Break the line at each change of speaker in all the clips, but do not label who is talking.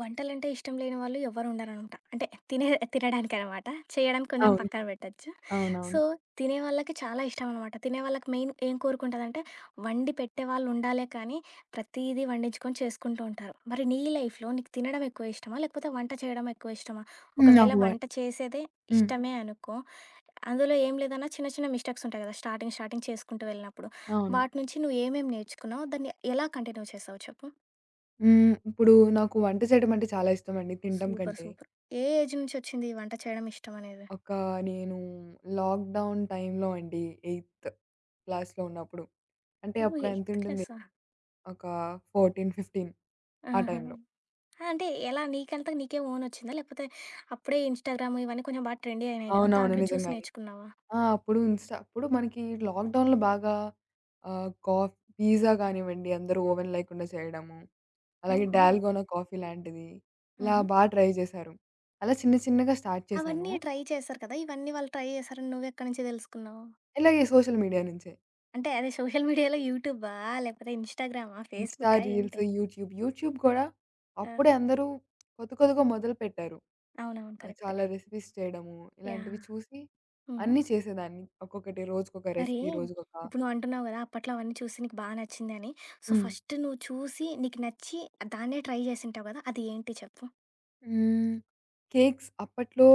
వంటలంటే ఇష్టం లేని వాళ్ళు ఎవ్వరు ఉండరనమాట. అంటే తినే తినడానికనమాట. చేయడానికి కొంచెం
అవును.
పక్కన పెట్టొచ్చు.
అవునవును.
సో, తినే వాళ్ళకి చాలా ఇష్టం అనమాట. తినే వాళ్ళకి మెయిన్ ఏం కోరుకుంటదంటే, వండి పెట్టే వాళ్ళు ఉండాలే కానీ, ప్రతీదీ వండించుకొని చేసుకుంటూ ఉంటారు. మరి నీ లైఫ్‌లో నీకు తినడం ఎక్కువ ఇష్టమా? లేకపోతే వంట చేయడం ఎక్కువ ఇష్టమా?
హ్మ్.
ఒకవేళ
నాకు వ
వంట చేసేదే
హ్మ్.
ఇష్టమే అనుకో, అందులో ఏం లేదన్నా చిన్న చిన్న మిస్టేక్స్ ఉంటాయి కదా! స్టార్టింగ్ స్టార్టింగ్ చేసుకుంటూ వెళ్ళినప్పుడు.
అవును.
వాటి నుంచి నువ్వేమేమి నేర్చుకున్నావు? దాన్ని ఎలా కంటిన్యూ చేసావు చెప్పు?
హ్మ్. ఇప్పుడు నాకు వంట చేయడం అంటే చాలా ఇష్టమండి తినడం
సూపర్.
కంటే.
సూపర్. ఏ ఏజ్ నుంచొచ్చింది ఈ వంట చేయడం ఇష్టమనేది?
ఒక నేను లాక్‌డౌన్ టైమ్‌లో అండి, ఎయిత్ క్లాస్‌లో ఉన్నప్పుడు. అంటే
ఓహ్!
అప్పుడు
ఎయిత్
ఎంతుంటుంది
క్లాసా?
ఒక 14, 15 ఆ
ఆహా!
టైమ్‌లో.
అంటే ఎలా నీకంతకు నీకే ఓనొచ్చిందా? లేకపోతే అప్పుడే ఇన్‌స్టాగ్రామ్ ఇవన్నీ కొంచెం బాగా ట్రెండీ అయినాయి గదా!
అవునవును.
దాంట్లో చూసి
నిజంగానే.
నేర్చుకున్నావా?
ఆ! అప్పుడు మనకి లాక్‌డౌన్‌లో బాగా కాఫ్ పిజ్జా గానివ్వండి, అందరూ ఓవెన్ లేకుండా చేయడము. అలాగే
ఓహో!
డాల్‌గోనా కాఫీ లాంటిది. ఇలా
ఆహా!
బా ట్రై చేశారు. అలా చిన్న చిన్నగా స్టార్ట్ చేశాను.
అవన్నీ ట్రై చేశారు కదా! ఇవన్నీ వాళ్ళు ట్రై చేశారని నువ్వెక్కడి నుంచి తెలుసుకున్నావు?
ఇలాగే సోషల్ మీడియా నుంచే.
అంటే అదే సోషల్ మీడియాలో యూట్యూబా? లేకపోతే ఇన్‌స్టాగ్రామా?
ఇన్‌స్టా,
ఫేస్‌బుక్కా
రీల్స్,
ఏంటి?
యూట్యూబ్. యూట్యూబ్ గూడా
ఆ!
అప్పుడే అందరూ కొత్త కొత్తగా మొదలుపెట్టారు.
అవునవును. కరెక్టే.
చాలా రెసిపీస్ చేయడము,
యాహ్!
ఇలాంటివి చూసి
హుహు.
అన్నీ చేసేదాన్ని. ఒక్కొక్కటి రోజుకొక
మరి
రెసిపీ, రోజుకొక
ఇప్పుడు నువ్వు అంటున్నావు కదా! అప్పట్లో అవన్నీ చూసి నీకు బా నచ్చిందని. సో,
హ్మ్.
ఫస్ట్ నువ్వు చూసి నీకు నచ్చి దాన్నే ట్రై జేసుంటావు గదా! అది ఏంటి చెప్పు?
హ్మ్. కేక్స్ అప్పట్లో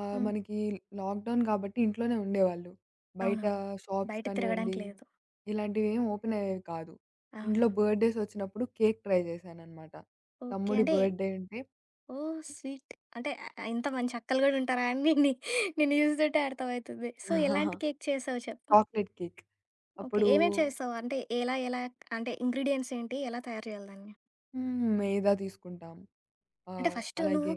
హ్మ్.
మనకి లాక్‌డౌన్ కాబట్టి ఇంట్లోనే ఉండేవాళ్ళు. బయట
అవునవును.
షాప్స్
బయట
కానివ్వండి,
తిరగడానికి లేదు.
ఇలాంటివేం ఓపెన్ అయ్యేవి కాదు. ఇంట్లో
అవునవును.
బర్త్‌డేస్ వచ్చినప్పుడు కేక్ ట్రై చేశాననమాట.
ఓకే.
తమ్ముడి
అంటే
బర్త్‌డే ఉంటే
ఓహ్! స్వీట్. అంటే ఇంత మంచి అక్కలు గూడా ఉంటారా అని నిన్ను జూస్తుంటే అర్థమవుతుంది. సో, ఎలాంటి కేక్ చేసావు చెప్పు?
Chocolate cake.
ఓకే.
అప్పుడు
ఏమేమి చేస్తావు? అంటే ఎలా ఎలా అంటే ఇంగ్రీడియెంట్స్ ఏంటి? ఎలా తయారు జేయాలి దాన్ని?
హ్మ్. మైదా తీసుకుంటాం.
అంటే ఫస్ట్ నువ్వు
అలాగే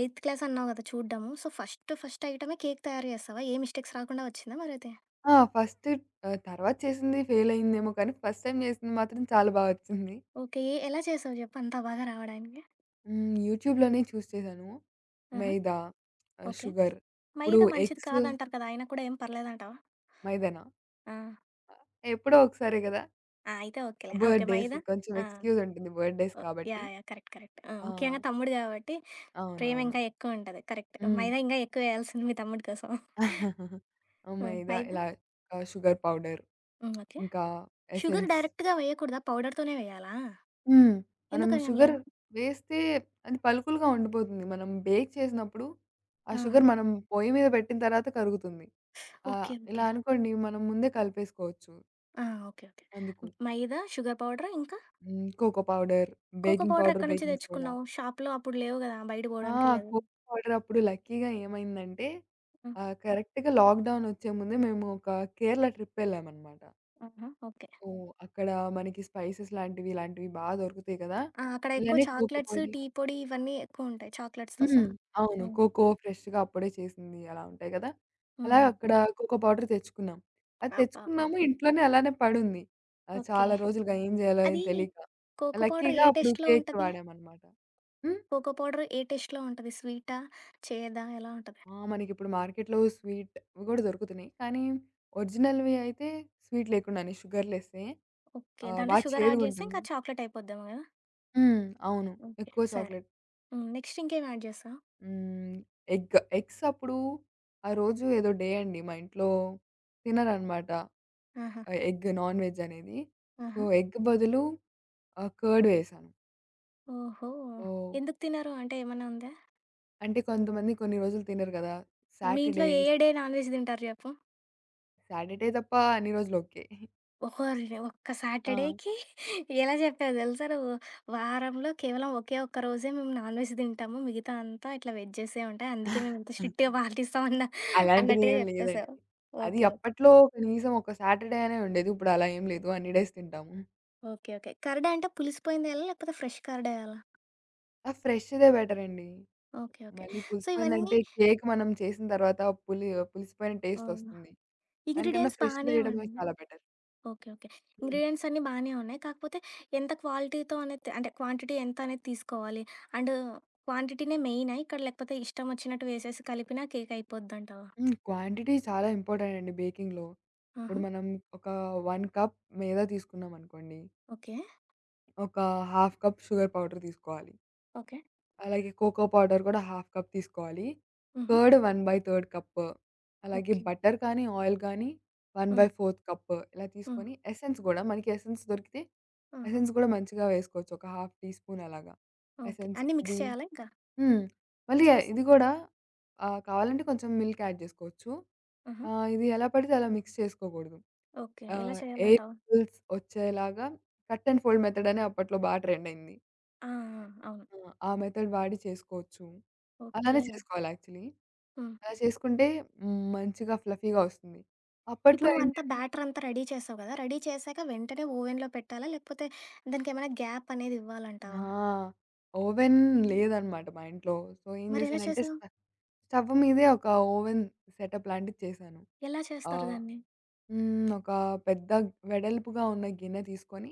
ఎయిత్ క్లాస్ అన్నావు కదా చూడ్డము. సో, ఫస్ట్ ఫస్ట్ ఐటమే కేక్ తయారు జేస్తావా? ఏ మిస్టేక్స్ రాకుండా వచ్చిందా మరైతే?
ఆ! ఫస్ట్ తర్వాత చేసింది ఫెయిల్ అయిందేమో కానీ, ఫస్ట్ టైమ్ చేసింది మాత్రం చాలా బా వచ్చింది.
ఓకే. ఏ ఎలా చేసావు జెప్పు అంత బాగా రావడానికి?
హ్మ్. యూట్యూబ్‌లోనే చూసి చేశాను.
ఆహా!
మైదా,
ఓకే.
షుగర్ ఇప్పుడు
మైదా మంచిది
ఎగ్స్
కాదంటారు కదా! అయినా కూడా ఏం పర్లేదంటావా?
మైదానా?
ఆ!
ఎప్పుడో ఒకసారే గదా!
ఆ! అయితే ఓకేలే. ఆ, ఓకే.
బర్త్‌డేస్
మైదా
కొంచెం
ఆ!
ఎక్స్‌క్యూజ్ ఉంటుంది. బర్త్‌డేస్
ఓ
కాబట్టి.
యాహ్! యాహ్! కరెక్ట్. కరెక్ట్. ఆ!
ఆ!
ముఖ్యంగా తమ్ముడు గాబట్టి ప్రేమ
అవునవును.
ఇంకా ఎక్కువుంటది. కరెక్ట్.
హ్మ్.
మైదా ఇంగా ఎక్కువేయాల్సింది మీ తమ్ముడి కోసం. హ్మ్.
మైదా
మైదా
ఇలా షుగర్ పౌడర్
హ్మ్. ఓకే.
ఇంకా
షుగర్
ఎసెన్స్.
డైరెక్ట్‌గా వేయకూడదా? పౌడర్‌తోనే వేయాలా?
హ్మ్. మనం
ఎందుకని అలా?
షుగర్ వేస్తే అది పలుకులుగా ఉండిపోతుంది. మనం బేక్ చేసినప్పుడు ఆ
ఆహా!
షుగర్ మనం పొయ్యి మీద పెట్టిన తర్వాత కరుగుతుంది.
ఓకే. ఓకే.
ఇలా అనుకోండి మనం ముందే కలిపేసుకోవచ్చు
ఆ! ఓకే. ఓకే.
అందుకు.
మైదా, షుగర్ పౌడర్ ఇంకా
హ్మ్. Cocoa powder,
cocoa
baking
powder
powder,
ఎక్కడి నుంచి
బేకింగ్ సోడా.
తెచ్చుకున్నావు? షాప్‌లో అప్పుడు లేవు గదా! బయటకి
ఆ!
పోవడానికి లేదు.
కోకో పౌడర్ అప్పుడు లక్కీగా ఏమైందంటే
హ్మ్.
కరెక్ట్‌గా లాక్‌డౌన్ వచ్చే ముందే మేము ఒక కేరళ ట్రిప్ ఎళ్ళామనమాట.
ఆహా! ఓకే.
ఓహ్! అక్కడ మనకి స్పైసెస్ లాంటివి, ఇలాంటివి బా దొరుకుతాయి కదా!
ఆ! అక్కడ ఎక్కువ
ఇలానే కోకో
చాక్లెట్స్,
పౌడర్
టీ పొడి ఇవన్నీ ఎక్కువుంటాయి. చాక్లెట్స్‌తో
హ్మ్.
సహా.
అవును.
హ్మ్.
కోకో ఫ్రెష్‌గా అప్పుడే చేసింది అలా ఉంటాయి కదా!
హ్మ్.
అలా
హ్మ్.
అక్కడ కోకో పౌడర్ తెచ్చుకున్నాం. అది
అబ్బబ్బా!
తెచ్చుకున్నాము ఇంట్లోనే అలానే పడుంది.
ఓకే.
చాలా రోజులుగా ఏం చేయాలో ఏం
అది
తెలీక.
కోకో పౌడర్
లక్కీగా
ఏ
అప్పుడు
టేస్ట్‌లో
కేక్‌కి
ఉంటది?
వాడామనమాట. హ్మ్.
కోకో పౌడర్ ఏ టేస్ట్‌లో ఉంటది? స్వీటా? చేదా? ఎలా ఉంటది?
ఆ! మనకిప్పుడు మార్కెట్‌లో స్వీట్ అవి గూడా దొరుకుతున్నాయి. కానీ, ఒరిజినల్‌వి అయితే స్వీట్ లేకుండానే షుగర్‌లెస్సే.
ఓకే. దాంట్లో
బా
షుగర్ యాడ్ చేస్తే ఇంకా
చేదుగుంటుంది.
చాక్లెట్ అయిపోద్దేమో గదా!
హ్మ్. అవును.
ఓకే.
ఎక్కువ
సరే.
చాక్లెట్.
హ్మ్. నెక్స్ట్ ఇంకేం యాడ్ చేసావు?
హ్మ్. ఎగ్. ఎగ్స్ అప్పుడు ఆ రోజు ఏదో డే అండి మా ఇంట్లో తినరనమాట.
ఆహా!
ఎగ్ నాన్ వెజ్ అనేది. సో,
ఆహా!
ఎగ్ బదులు కర్డ్ వేశాను.
ఓహో!
ఓహ్!
ఎందుకు తినరు? అంటే ఏమన్నా ఉందా?
అంటే కొంతమంది కొన్ని రోజులు తినరు గదా!
మీ ఇంట్లో
సాటర్‌డే,
ఏ, ఏ డే నాన్‌వెజ్ తింటారు జెప్పు?
సాటర్‌డే తప్ప అన్ని రోజులు ఓకే.
ఓర్ని ఒక్క
ఆ!
సాటర్‌డేకి ఎలా చెప్పావు దెలుసా నువ్వు? వారంలో కేవలం ఒకే ఒక్క రోజే మేము నాన్‌వెజ్ తింటాము. మిగతా అంతా ఇట్లా వెజ్జెసే ఉంటాయి. అందుకే మేము ఇంత స్ట్రిక్ట్‌గా పాటిస్తాం అన్న అన్నట్టుగా
అలాంటిదేం లేదండి.
జెప్పేసావు.
అది
ఓకే. ఓకే.
అప్పట్లో కనీసం ఒక సాటర్‌డే అనే ఉండేది. ఇప్పుడు అలా ఏం లేదు. అన్ని డేస్ తింటాము.
ఓకే. ఓకే. కర్డ్ అంటే పులిసిపోయిందెయాలా? లేకపోతే ఫ్రెష్ కర్డ్ ఎయాలా?
ఆ! ఫ్రెష్‌దే బెటరండి.
ఓకే. ఓకే.
మళ్ళీ
సో, ఇవన్నీ
పులిసిపోయిందంటే కేక్ మనం చేసిన తర్వాత పులి పులిసిపోయిన టేస్ట్
అవునా!
ఒస్తుంది. దానికన్నా
ఇంగ్రీడియెంట్స్
ఫ్రెష్
బానే ఉన్
చేయడమే చాలా బెటర్.
ఓకే. ఓకే.
హ్మ్.
ఇంగ్రీడియెంట్స్ అన్నీ బానే ఉన్నాయి. కాకపోతే ఎంత క్వాలిటీతో అనేది అంటే క్వాంటిటీ ఎంత అనేది తీసుకోవాలి? అండ్ క్వాంటిటీనే మెయినా ఇక్కడ? లేకపోతే ఇష్టం వచ్చినట్టు వేసేసి కలిపినా కేక్ అయిపోద్దంటావా?
హ్మ్. క్వాంటిటీ చాలా ఇంపార్టెంట్ అండి బేకింగ్‌లో.
ఆహా!
ఇప్పుడు మనం ఒక 1 కప్ మైదా తీసుకున్నామనుకోండి.
ఓకే.
ఒక 1/2 కప్ షుగర్ పౌడర్ తీసుకోవాలి.
ఓకే.
అలాగే కోకో పౌడర్ కూడా హాఫ్ కప్ తీసుకోవాలి.
హుహు.
కర్డ్ 1/3 కప్పు, అలాగే
ఓకే.
బటర్ కానీ, ఆయిల్ కానీ
హ్మ్.
1/4 కప్పు ఇలా
హ్మ్.
తీసుకొని ఎసెన్స్ గూడా మనకి ఎసెన్స్ దొరికితే
ఆహా!
ఎసెన్స్ గూడా మంచిగా వేసుకోవచ్చు. ఒక హాఫ్ టీ స్పూన్ అలాగా.
ఓకే.
ఎసెన్స్
అన్నీ మిక్స్
ఇది
చేయాలా ఇంకా?
హ్మ్. మళ్ళీ
చేసి
ఇది గూడా కావాలంటే కొంచెం మిల్క్ యాడ్ జేసుకోవచ్చు.
ఆహా!
ఇది ఎలా పడితే అలా మిక్స్ చేసుకోకూడదు.
ఓకే. ఎలా
ఆహ్, ఎయిర్
చేయాలంటావు?
బబుల్స్ వచ్చేలాగా కట్ అండ్ ఫోల్డ్ మెథడ్ అని అప్పట్లో బా ట్రెండ్ అయింది.
ఆ! ఆ! అవును.
ఆ! ఆ మెథడ్ వాడి చేసుకోవచ్చు.
ఓకే.
అలానే చేసుకోవాలి యాక్చువల్లీ.
హ్మ్.
అలా చేసుకుంటే హ్మ్, మంచిగా ఫ్లఫీగా వస్తుంది.
ఇప్పుడు
అప్పట్లో
నువ్వంతా
ఏంటంటే
బ్యాటర్ అంతా రెడీ చేసావు కదా! రెడీ చేశాక వెంటనే ఓవెన్‌లో పెట్టాలా? లేకపోతే దానికేమైనా గ్యాప్ అనేది ఇవ్వాలంటావా?
ఆ! ఓవెన్
హ్మ్.
లేదనమాట మా ఇంట్లో. సో, ఏం
మరెలా
చేశానంటే
చేసావు?
స్టవ్ మీదే ఒక ఓవెన్ సెటప్ లాంటిది చేశాను.
ఎలా చేస్తారు
ఆహ్,
దాన్ని?
హ్మ్. ఒక పెద్ద వెడల్పుగా ఉన్న గిన్నె తీసుకొని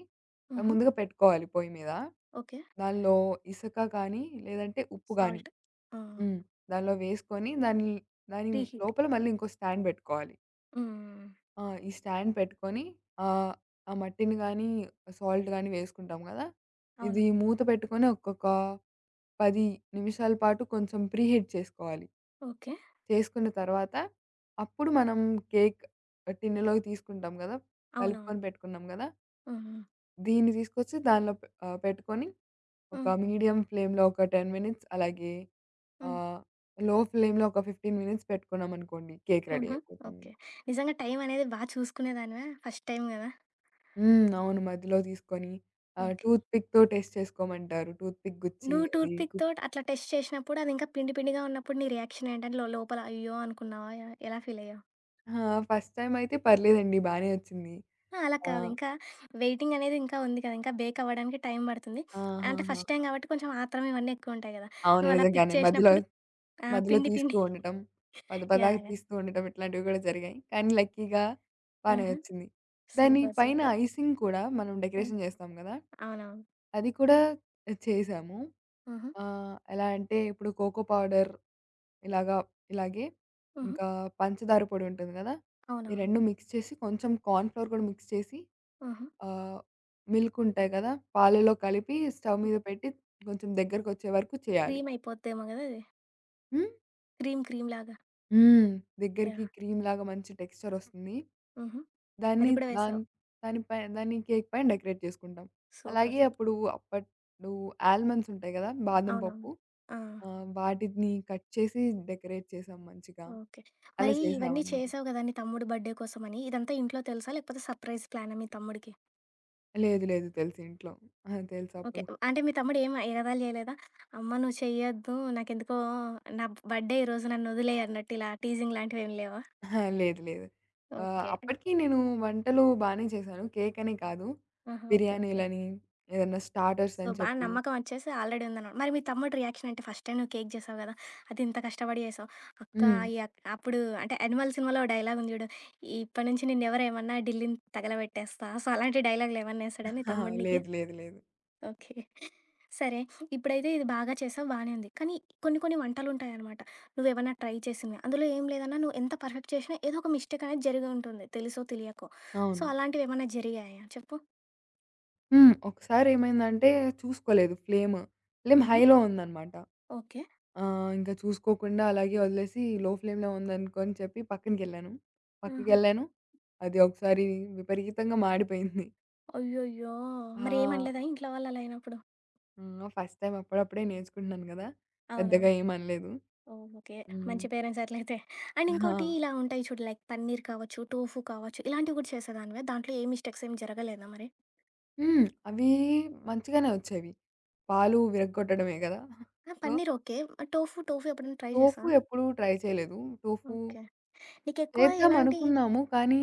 హుహు.
ముందుగా పెట్టుకోవాలి పొయ్యి మీద.
ఓకే.
దానిలో ఇసక కానీ, లేదంటే ఉప్పు గాని
సాల్ట్. ఆ!
హ్మ్. దానిలో వేసుకొని దాని దాని
ప్రీహీట్.
లోపల మళ్ళీ ఇంకో స్టాండ్ బెట్టుకోవాలి.
హ్మ్.
ఆ! ఈ స్టాండ్ పెట్టుకొని ఆహ్, ఆ మట్టిని గానీ, సాల్ట్ గానీ వేసుకుంటాం గదా! ఇది
అవునవును.
మూత పెట్టుకొని ఒక్కొక్క 10 నిమిషాల పాటు కొంచెం ప్రీహీట్ చేసుకోవాలి.
ఓకే.
చేసుకున్న తర్వాత అప్పుడు మనం కేక్ టిన్నులోకి తీసుకుంటాం గదా!
అవునవును.
కలుపుకొని పెట్టుకున్నాం గదా!
హుహు.
దీన్ని తీసుకొచ్చి దానిలో పెట్టుకొని
హ్మ్.
ఒక మీడియం ఫ్లేమ్‌లో ఒక 10 మినిట్స్ అలాగే
హ్మ్.
ఆహ్, లో ఫ్లేమ్‌లో ఒక 15 మినిట్స్ పెట్టుకున్నామనుకోండి కేక్ రెడీ
హుహు.
అయిపోతుంది.
ఓకే. నిజంగా టైం అనేది బా చూసుకునేదానివా? ఫస్ట్ టైమ్ గదా!
హ్మ్. అవును. మధ్యలో తీసుకొని
ఓకే.
టూత్ పిక్‌తో టెస్ట్ చేసుకోమంటారు. టూత్ పిక్ గుచ్చి
నువ్వు టూత్
అది గు
పిక్‌తోటి అట్లా టెస్ట్ చేసినప్పుడు అది ఇంకా పిండి పిండిగా ఉన్నప్పుడు నీ రియాక్షన్ ఏంటని లో లోపల అయ్యో! అనుకున్నావా? ఎలా ఫీల్ అయ్యావు?
ఆ! ఫస్ట్ టైమ్ అయితే పర్లేదండి. బానే వచ్చింది.
ఆ! అలా
ఆ!
కాదు. ఇంకా వెయిటింగ్ అనేది ఇంకా ఉంది కదా! ఇంకా బేక్ అవ్వడానికి టైం పడుతుంది. అంటే
ఆహాహా!
ఫస్ట్ టైమ్ కాబట్టి కొంచెం ఆత్రం ఇవన్నీ ఎక్కువుంటాయి గదా!
అవును.
నువ్వు అలా పిక్
నిజంగానే మధ్యలో,
చేసినప్పుడు ఆ!
మధ్యలో
పిండి
తీస్తూ
పిండి
ఉండటం. పద పదాక
యాహ్! యాహ్!
తీస్తూ ఉండటం ఇట్లాంటివి కూడా జరిగాయి. కానీ లక్కీగా బానే
ఆహా!
వచ్చింది. దాని
సూపర్.
పైన
సూపర్.
ఐసింగ్ కూడా మనం
హ్మ్.
డెకరేషన్ చేస్తాం కదా!
అవునవును.
అది కూడా చేసాము.
హుహు.
ఆ! ఎలా అంటే ఇప్పుడు కోకో పౌడర్ ఇలాగా ఇలాగే
హుహు.
ఇంకా పంచదార పొడి ఉంటుంది గదా! ఈ
అవునవును.
2 మిక్స్ చేసి కొంచెం కార్న్ ఫ్లోర్ కూడా మిక్స్ చేసి
హుహు.
ఆహ్, మిల్క్ ఉంటాయి గదా! పాలలో కలిపి స్టవ్ మీద పెట్టి కొంచెం దగ్గరకొచ్చే వరకు చేయాలి.
క్రీమ్ అయిపోద్దేమో గదా! అది.
హ్మ్.
క్రీమ్ క్రీమ్ లాగా.
హ్మ్. దగ్గరికి
యాహ్!
క్రీమ్‌లాగా మంచి టెక్స్చర్ వస్తుంది.
హుహు. అది
దాన్ని
కూడా
దాన్
వేసావు.
దాని పై దాన్ని కేక్ పైన డెకరేట్ చేసుకుంటాం.
సూపర్.
అలాగే
సూపర్.
అప్పుడు అప్పట్లో ఆల్మండ్స్ ఉంటాయి గదా! బాదం
అవునవును.
పప్పు
ఆ!
ఆ! వాటిని కట్ చేసి డెకరేట్ చేసాం మంచిగా.
ఓకే.
అలా
మరి
హ్మ్.
ఇవన్నీ
చేసామనమాట.
చేసావు గదా! నీ తమ్ముడు బర్త్‌డే కోసమని. ఇదంతా ఇంట్లో తెలుసా? లేకపోతే సర్ప్రైజ్ ప్లానా మీ తమ్ముడికి?
లేదు, లేదు తెలుసు ఇంట్లో. ఆహా!
ఓకే.
తెలుసప్పుడు.
అంటే మీ తమ్ముడు ఏమి ఎగతాళి చేయలేదా? అమ్మ నువ్వు చెయ్యొద్దు. నాకెందుకో నా బర్త్‌డే ఈరోజు నన్నొదిలేయి అన్నట్టు ఇలా టీజింగ్ లాంటివేమి లేవా?
అహా! లేదు, లేదు.
ఓకే.
అప్పటికి నేను వంటలు బానే చేశాను. కేక్ అనే కాదు.
ఆహా! ఓకే. ఓకే.
బిర్యానీలని, ఏదన్నా స్టార్టర్స్
సో,
అని
బాగా
చెప్పి
నమ్మకం వచ్చేసి ఆల్రెడీ ఉందనమాట. మరి మీ తమ్ముడి రియాక్షన్ ఏంటి? ఫస్ట్ టైమ్ నువ్వు కేక్ చేసావు గదా! అది ఇంత కష్టపడి చేసావు. అక్క
హ్మ్.
ఈ అక్ అప్పుడు అంటే 'యానిమల్' సినిమాలో ఓ డైలాగ్ ఉంది జూడు. ఇప్పటి నుంచి నిన్నెవరేమన్నా ఢిల్లీని తగలబెట్టేస్తా. సో, అలాంటి డైలాగులు ఏమన్నా యేసాడా నీ
అహా!
తమ్ముడు నీకి?
లేదు, లేదు, లేదు.
ఓకే. సరే. ఇప్పుడైతే ఇది బాగా చేసావు బానే ఉంది. కానీ కొన్ని కొన్ని వంటలుంటాయనమాట. నువ్వేమన్నా ట్రై చేసినవి. అందులో ఏం లేదన్నా నువ్వు ఎంత పర్ఫెక్ట్ చేసినా ఏదో ఒక మిస్టేక్ అనేది జరిగి ఉంటుంది. తెలుసో తెలియకో. సో,
అవును.
అలాంటివేమన్నా జరిగాయా చెప్పు?
హ్మ్. ఒకసారేమైందంటే చూసుకోలేదు ఫ్లేమ్. ఫ్లేమ్
హుహు.
హైలో ఉందనమాట.
ఓకే.
ఆ! ఇంక చూసుకోకుండా అలాగే వదిలేసి లో ఫ్లేమ్‌లో ఉందనుకోని చెప్పి
ఆహా!
పక్కకెళ్ళాను. అది ఒకసారి విపరీతంగా మాడిపోయింది.
అయ్యయ్యో! మరి
ఆ!
ఏమనలేదా ఇంట్లో వాళ్ళు అలా అయినప్పుడు?
హ్మ్. ఫస్ట్ టైమ్ అప్పుడప్పుడే నేర్చుకుంటున్నాను గదా! పెద్దగా
అవునవును.
ఏమనలేదు.
ఓహ్! ఓకే.
హ్మ్.
మంచి పేరెంట్స్ అట్లయితే. అండ్
ఆ!
ఇంకోటి ఇలా ఉంటాయి చూడు లైక్ పన్నీర్ కావచ్చు, టోఫు కావచ్చు, ఇలాంటివి కూడా చేసేదానివా? దాంట్లో ఏ మిస్టేక్స్ ఏమి జరగలేదా మరి?
హ్మ్. అవి మంచిగానే వచ్చేవి. పాలు విరగ్గొట్టడమే గదా!
ఆ!
So,
paneer okay. టోఫు ఎప్పుడైనా ట్రై
టోఫు
చేశావా?
ఎప్పుడు ట్రై చేయలేదు. Tofu
okay. నీకెక్కువ
చేద్దాం
ఎలాంటి
అనుకున్నాము. కానీ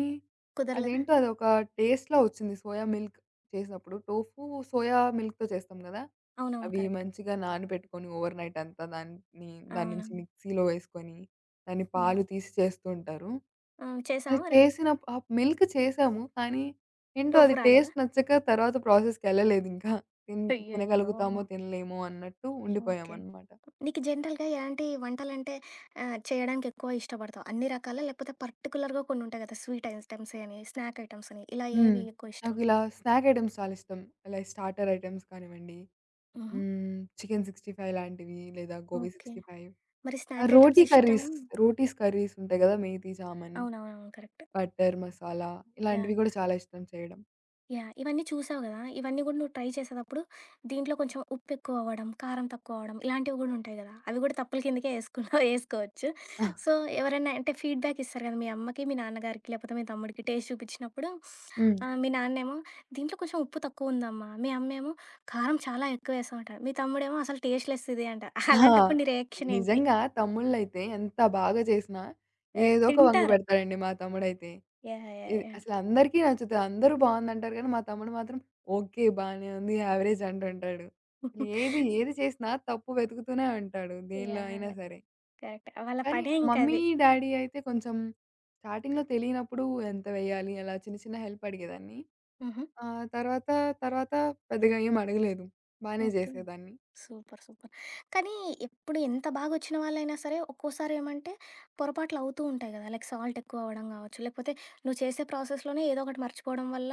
కుదరలేదా?
అదేంటో అదొక టేస్ట్‌లా వచ్చింది సోయా మిల్క్ చేసినప్పుడు. టోఫు సోయా మిల్క్‌తో చేస్తాం గదా!
అవునవును.
అవి
కరెక్ట్.
మంచిగా నానబెట్టుకొని ఓవర్ నైట్ అంతా దాన్ని దాని నుంచి
అవునవును.
మిక్సీలో వేసుకొని, దాన్ని
హ్మ్.
పాలు తీసి చేస్తూ ఉంటారు.
ఆ! చేశావా
అది
మరి?
చేసిన ఆ మిల్క్ చేసాము. కానీ ఏంటో
టోఫు
అది
రాలేదా?
టేస్ట్ నచ్చక తర్వాత ప్రాసెస్‌కెళ్ళలేదింకా. తిన్
అయ్యయ్యో!
తినగలుగుతామో, తినలేమో అన్నట్టు
ఓకే.
ఉండిపోయామనమాట.
నీకు జనరల్‌గా ఎలాంటి వంటలంటే చేయడానికి ఎక్కువ ఇష్టపడతావు? అన్ని రకాలా? లేకపోతే పర్టిక్యులర్‌గా కొన్ని ఉంటాయి కదా! స్వీట్ ఐటెమ్స్ అని, స్నాక్ ఐటెమ్స్ అని ఇలా
హ్మ్.
ఏవి ఎక్కువ ఇష్టం?
నాకిలా స్నాక్ ఐటెమ్స్ చాలా ఇష్టం. లైక్ స్టార్టర్ ఐటెమ్స్ కానివ్వండి,
హుహు.
హ్మ్, చికెన్ 65 లాంటివి లేదా గోబీ
ఓకే.
65
మరి
ఆ
స్నాక్ ఐటెమ్స్
రోటీ
ఇష్టం
కర్రీస్, రోటీస్ కర్రీస్ ఉంటాయి గదా! మేతి, జామన్.
అవునవునవును. కరెక్ట్.
బటర్ మసాలా ఇలాంటివి
యాహ్!
కూడా చాలా ఇష్టం చేయడం.
యాహ్! ఇవన్నీ చూసావు గదా! ఇవన్నీ గూడా నువ్వు ట్రై చేసేటప్పుడు దీంట్లో కొంచెం ఉప్పు ఎక్కువ అవ్వడం, కారం తక్కువ అవ్వడం ఇలాంటివి గూడా ఉంటాయి గదా! అవి గూడా తప్పుల కిందకే యేసుకున్నా యేసుకోవచ్చు. సో, ఎవరైనా అంటే ఫీడ్‌బ్యాక్ ఇస్తారు గదా! మీ అమ్మకి, మీ నాన్నగారికి లేపోతే మీ తమ్ముడికి టేస్ట్ చూపిచ్చినప్పుడు
హ్మ్.
మీ నాన్నేమో "దీంట్లో కొంచెం ఉప్పు తక్కువుందమ్మా." మీ అమ్మేమో "కారం చాలా ఎక్కువ యేసావు" అంటారు. మీ తమ్ముడేమో "అసలు టేస్ట్‌లెస్ ఇది" అంటారు.
ఆ!
అలాంటప్పుడు నీ రియాక్షన్ ఏంటి?
నిజంగా తమ్ముళ్ళైతే ఎంత బాగా చేసినా
ఆ!
ఏదో ఒక వంక
తింటారు.
పెడతాడండి మా తమ్ముడైతే.
యాహ్! యాహ్!
ఇది
యాహ్!
అసలందరికీ నచ్చుతది. అందరూ బావుందంటారు కానీ మా తమ్ముడు మాత్రం ఓకే. బానే ఉంది. యావరేజ్ అంటుంటాడు. అసలు ఏది ఏది చేసినా తప్పు వెతుకుతూనే ఉంటాడు దేనిలో
యాహ్!
అయినా సరే.
కరెక్ట్. వాళ్ళ
కానీ
పనే
మమ్మీ,
ఇంకది.
డ్యాడీ అయితే కొంచెం స్టార్టింగ్‌లో తెలియనప్పుడు ఎంత వేయాలి అలా చిన్న చిన్న హెల్ప్ అడిగేదాన్ని.
హుహు.
ఆ! తర్వాత, తర్వాత పెద్దగా ఏం అడగలేదు. బానే
ఓకే.
జేసేదాన్ని.
సూపర్. సూపర్. కానీ ఎప్పుడు ఎంత బాగొచ్చిన వాళ్ళైనా సరే ఒక్కోసారి ఏమంటే పొరపాట్లవుతూ ఉంటాయి గదా! లైక్ సాల్ట్ ఎక్కువవ్వడం గావచ్చు, లేకపోతే నువ్వు చేసే ప్రాసెస్‌లోనే ఏదో ఒకటి మర్చిపోవడం వల్ల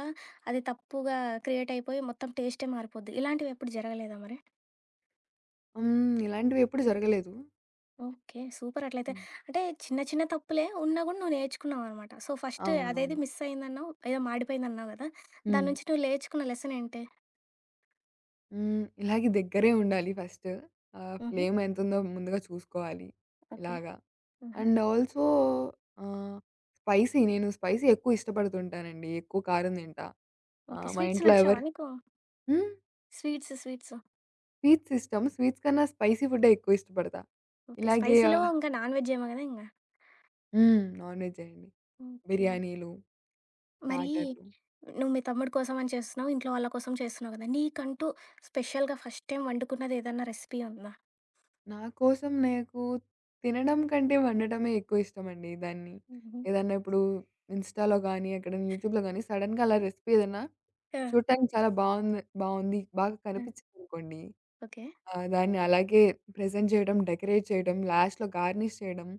అది తప్పుగా క్రియేట్ అయిపోయి మొత్తం టేస్టే మారిపోద్ది. ఇలాంటివెప్పుడు జరగలేదా మరి?
హ్మ్. ఇలాంటివెప్పుడు జరగలేదు.
ఓకే. సూపర్ అట్లయితే.
హ్మ్.
అంటే చిన్న చిన్న తప్పులే ఉన్నా గూడా నువ్వు నేర్చుకున్నావనమాట. సో, ఫస్ట్ అదేది
అవునవును.
మిస్ అయిందన్నావు, ఏదో మాడిపోయిందన్నావు గదా! దాని
హ్మ్.
నుంచి నువ్వు నేర్చుకున్న లెసనేంటి?
హ్మ్. ఇలాగే దగ్గరే ఉండాలి ఫస్ట్.
హుహు.
ఫ్లేమ్ ఎంతుందో ముందుగా చూసుకోవాలి.
ఓకే.
ఇలాగా.
హుహు.
అండ్ ఆల్సో ఆహ్, నేను స్పైసీ ఎక్కువ ఇష్టపడుతుంటానండి. ఎక్కువ కారం తింటా.
ఓకే.
ఆహ్, మా
స్వీట్స్
ఇంట్లో
నచ్చావా
ఎవరు
నీకు?
హ్మ్.
స్వీట్స్.
స్వీట్స్ ఇష్టం. స్వీట్స్ కన్నా స్పైసీ ఫుడ్డే ఎక్కువ ఇష్టపడతా.
ఓకే.
ఇలాగే
స్పైసీలో ఇంకా నాన్ వెజ్ ఏమో గదా! ఇంగ.
హ్మ్. నాన్ వెజ్జే అండి.
ఓకే.
బిర్యానీలు,
మరి
స్టార్టర్లు.
నువ్వు మీ తమ్ముడి కోసం అని చేస్తున్నావు. ఇంట్లో వాళ్ళ కోసం చేస్తున్నావు గదా! నీకంటూ స్పెషల్‌గా ఫస్ట్ టైమ్ వండుకున్నది ఏదన్నా రెసిపీ ఉందా?
నా కోసం నాకు తినడం కంటే వండటమే ఎక్కువ ఇష్టమండి. దాన్ని
హుహు.
ఏదన్నా ఇప్పుడు ఇన్‌స్టాలో గానీ, ఎక్కడైనా యూట్యూబ్‌లో గానీ సడెన్‌గా అలా రెసిపీ ఏదన్నా
ఆ!
చూడటానికి చాలా బావుంది బావుంది, బాగా
ఆ!
కనిపించిందనుకోండి.
ఓకే.
దాన్ని అలాగే ప్రెజెంట్ చేయడం, డెకరేట్ చేయడం, లాస్ట్‌లో గార్నిష్ చేయడం,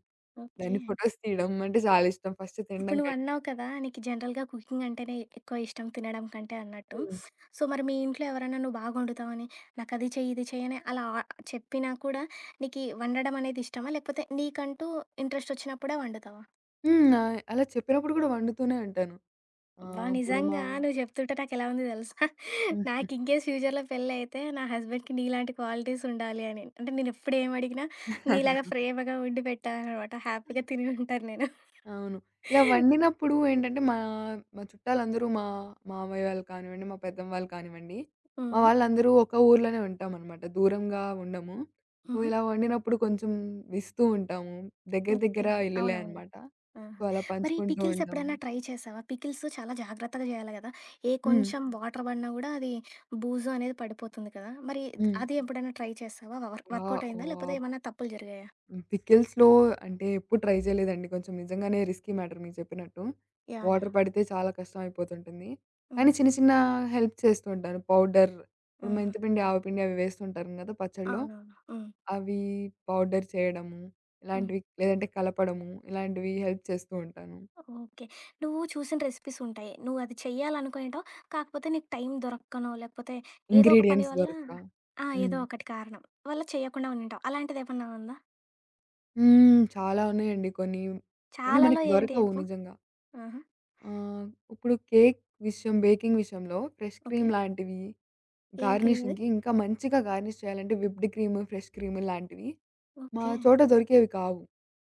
ఓకే.
దాన్ని ఫోటోస్ తీయడం అంటే చాలా ఇష్టం ఫస్ట్
ఇప్పుడు
తినడం కంటే.
నువ్వన్నావు కదా! నీకు జనరల్‌గా కుకింగ్ అంటేనే ఎక్కువ ఇష్టం తినడం కంటే అన్నట్టు.
హ్మ్.
సో, మరి మీ ఇంట్లో ఎవరైనా నువ్వు బాగా వండుతావని, నాకది చెయ్యి, ఇది చెయ్యి అని అలా ఆ చెప్పినా కూడా నీకీ వండడం అనేది ఇష్టమా? లేకపోతే నీకంటూ ఇంట్రెస్ట్ వచ్చినప్పుడే వండుతావా?
హ్మ్. అలా చెప్పినప్పుడు గూడా వండుతూనే ఉంటాను.
అబ్బా!
ఆహ్, ఇప్పుడు మా
నిజంగా నువ్వు చెప్తుంటే నాకెలా ఉంది తెలుసా?
ఉమ్,
నాకు
ఉమ్.
ఇన్‌కేస్ ఫ్యూచర్‌లో పెళ్ళైతే నా హస్బెండ్‌కి నీలాంటి క్వాలిటీస్ ఉండాలి అని. అంటే నేను ఎప్పుడు ఏమి అడిగినా నీలాగా ప్రేమగా వండి పెట్టాలనమాట. హ్యాపీగా తిని ఉంటాను నేను.
అవును. ఇలా వండినప్పుడు ఏంటంటే, మా మా చుట్టాలందరూ మా మామయ్య వాళ్ళు కానివ్వండి, మా పెద్దమ్మ వాళ్ళు కానివ్వండి, మా
హ్మ్.
వాళ్ళందరూ ఒక ఊర్లోనే ఉంటామనమాట. దూరంగా ఉండము. సో,
హుహు.
ఇలా వండినప్పుడు కొంచెం ఇస్తూ ఉంటాము. దగ్గర
ఓకే.
దగ్గర ఇల్లులే
అవునవును.
అనమాట.
ఆహా!
సో, అలా
మరి
పంచుకుంటూ
పికిల్స్
ఉంటాము.
ఎప్పుడైనా ట్రై చేశావా? పికిల్స్ చాలా జాగ్రత్తగా చేయాలి కదా! ఏ
హ్మ్.
కొంచెం వాటర్ పడినా కూడా అది బూజు అనేది పడిపోతుంది కదా! మరి
హ్మ్.
అది ఎప్పుడైనా ట్రై చేశావా?
వా
వర్కౌట్ అయిందా?
ఓహ్!
లేకపోతే ఏమన్నా తప్పులు జరిగాయా?
హ్మ్. పికిల్స్‌లో అంటే ఎప్పుడు ట్రై చేయలేదండి. కొంచెం నిజంగానే రిస్కీ మ్యాటర్ మీరు చెప్పినట్టు.
యాహ్! యాహ్!
వాటర్ పడితే చాలా కష్టం అయిపోతుంటుంది.
హ్మ్.
కానీ చిన్న చిన్న హెల్ప్ చేస్తూ ఉంటాను. పౌడర్ ఇప్పుడు
ఆహా!
మెంతిపిండి, ఆవపిండి అవి వేస్తుంటారు కదా! పచ్చడిలో.
అవునవును. హ్మ్.
అవి పౌడర్ చేయడము,
హ్మ్.
ఇలాంటివి లేదంటే కలపడము, ఇలాంటివి హెల్ప్ చేస్తూ ఉంటాను.
ఓకే. నువ్వు చూసిన రెసిపీస్ ఉంటాయి. నువ్వు అది చెయ్యాలనుకునేంటావు. కాకపోతే నీకు టైం దొరక్కనో, లేకపోతే ఏదో ఒక పని
ఇంగ్రీడియెంట్స్
వల్ల
దొరక్క.
ఆ! ఏదో
హ్మ్.
ఒకటి కారణం వల్ల చేయకుండా ఉండింటావు. అలాంటిదేమన్నా ఉందా?
హ్మ్. చాలా ఉన్నాయండి కొన్ని. కొన్ని
చాలాలో
మనకి
ఏంటి
దొరకవు
చెప్పు?
నిజంగా.
ఆహా!
ఆహ్, ఇప్పుడు కేక్ విషయం, బేకింగ్ విషయంలో ఫ్రెష్
ఓకే.
క్రీమ్ లాంటివి
ఏం క్రీమ్ అది?
గార్నిషింగ్‌కి ఇంకా మంచిగా గార్నిష్ చేయాలంటే విప్డ్ క్రీమ్, ఫ్రెష్ క్రీమ్ లాంటివి మా
ఓకే.
చోట దొరికేవి కావు.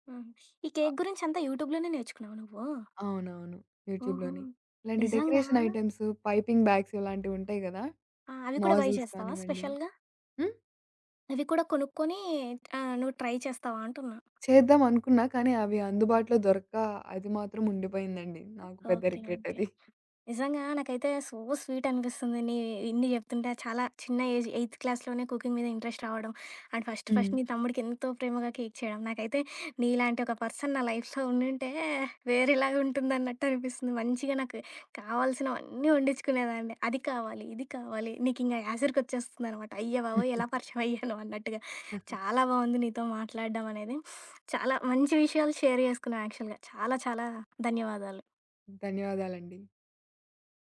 హ్మ్. ఈ
అ
కేక్ గురించంతా యూట్యూబ్‌లోనే నేర్చుకున్నావా నువ్వు?
అవునవును.
ఓహో!
యూట్యూబ్‌లోని. ఇలాంటి
నిజంగా?
డెకరేషన్ ఐటెమ్స్, పైపింగ్ బ్యాగ్స్ ఇలాంటివి ఉంటాయి గదా!
ఆ! అవి కూడా బై
నాజిల్స్
చేస్తావా
కానివ్వండి.
స్పెషల్‌గా?
హ్మ్.
అవి కూడా కొనుక్కొని నువ్వు ట్రై చేస్తావా అంటున్నా?
చేద్దాం అనుకున్నా కానీ అవి అందుబాటులో దొరక్క అది మాత్రం ఉండిపోయిందండి. నాకు పెద్ద
ఓకే.
Regret
okay.
అది.
నిజంగా నాకైతే సో స్వీట్ అనిపిస్తుంది. నీ ఇన్ని చెప్తుంటే చాలా చిన్న ఏజ్ ఎయిత్ క్లాస్‌లోనే కుకింగ్ మీద ఇంట్రెస్ట్ రావడం. అండ్ ఫస్ట్
హ్మ్.
ఫస్ట్ నీ తమ్ముడికి ఎంతో ప్రేమగా కేక్ చేయడం. నాకైతే నీలాంటి ఒక పర్సన్ నా లైఫ్‌లో ఉండుంటే వేరేలాగా ఉంటుందన్నట్టు అనిపిస్తుంది. మంచిగా నాకు కావాల్సినవన్నీ వండించుకునేదాన్ని. అది కావాలి, ఇది కావాలి నీకింకా యాసరికొచ్చేస్తుందనమాట. అయ్య బాబోయ్! ఎలా పరిచయం అయ్యానో అన్నట్టుగా. చాలా బావుంది నీతో మాట్లాడడం అనేది. చాలా మంచి విషయాలు షేర్ చేసుకున్నావు యాక్చువల్‌గా. చాలా చాలా ధన్యవాదాలు.
ధన్యవాదాలండి.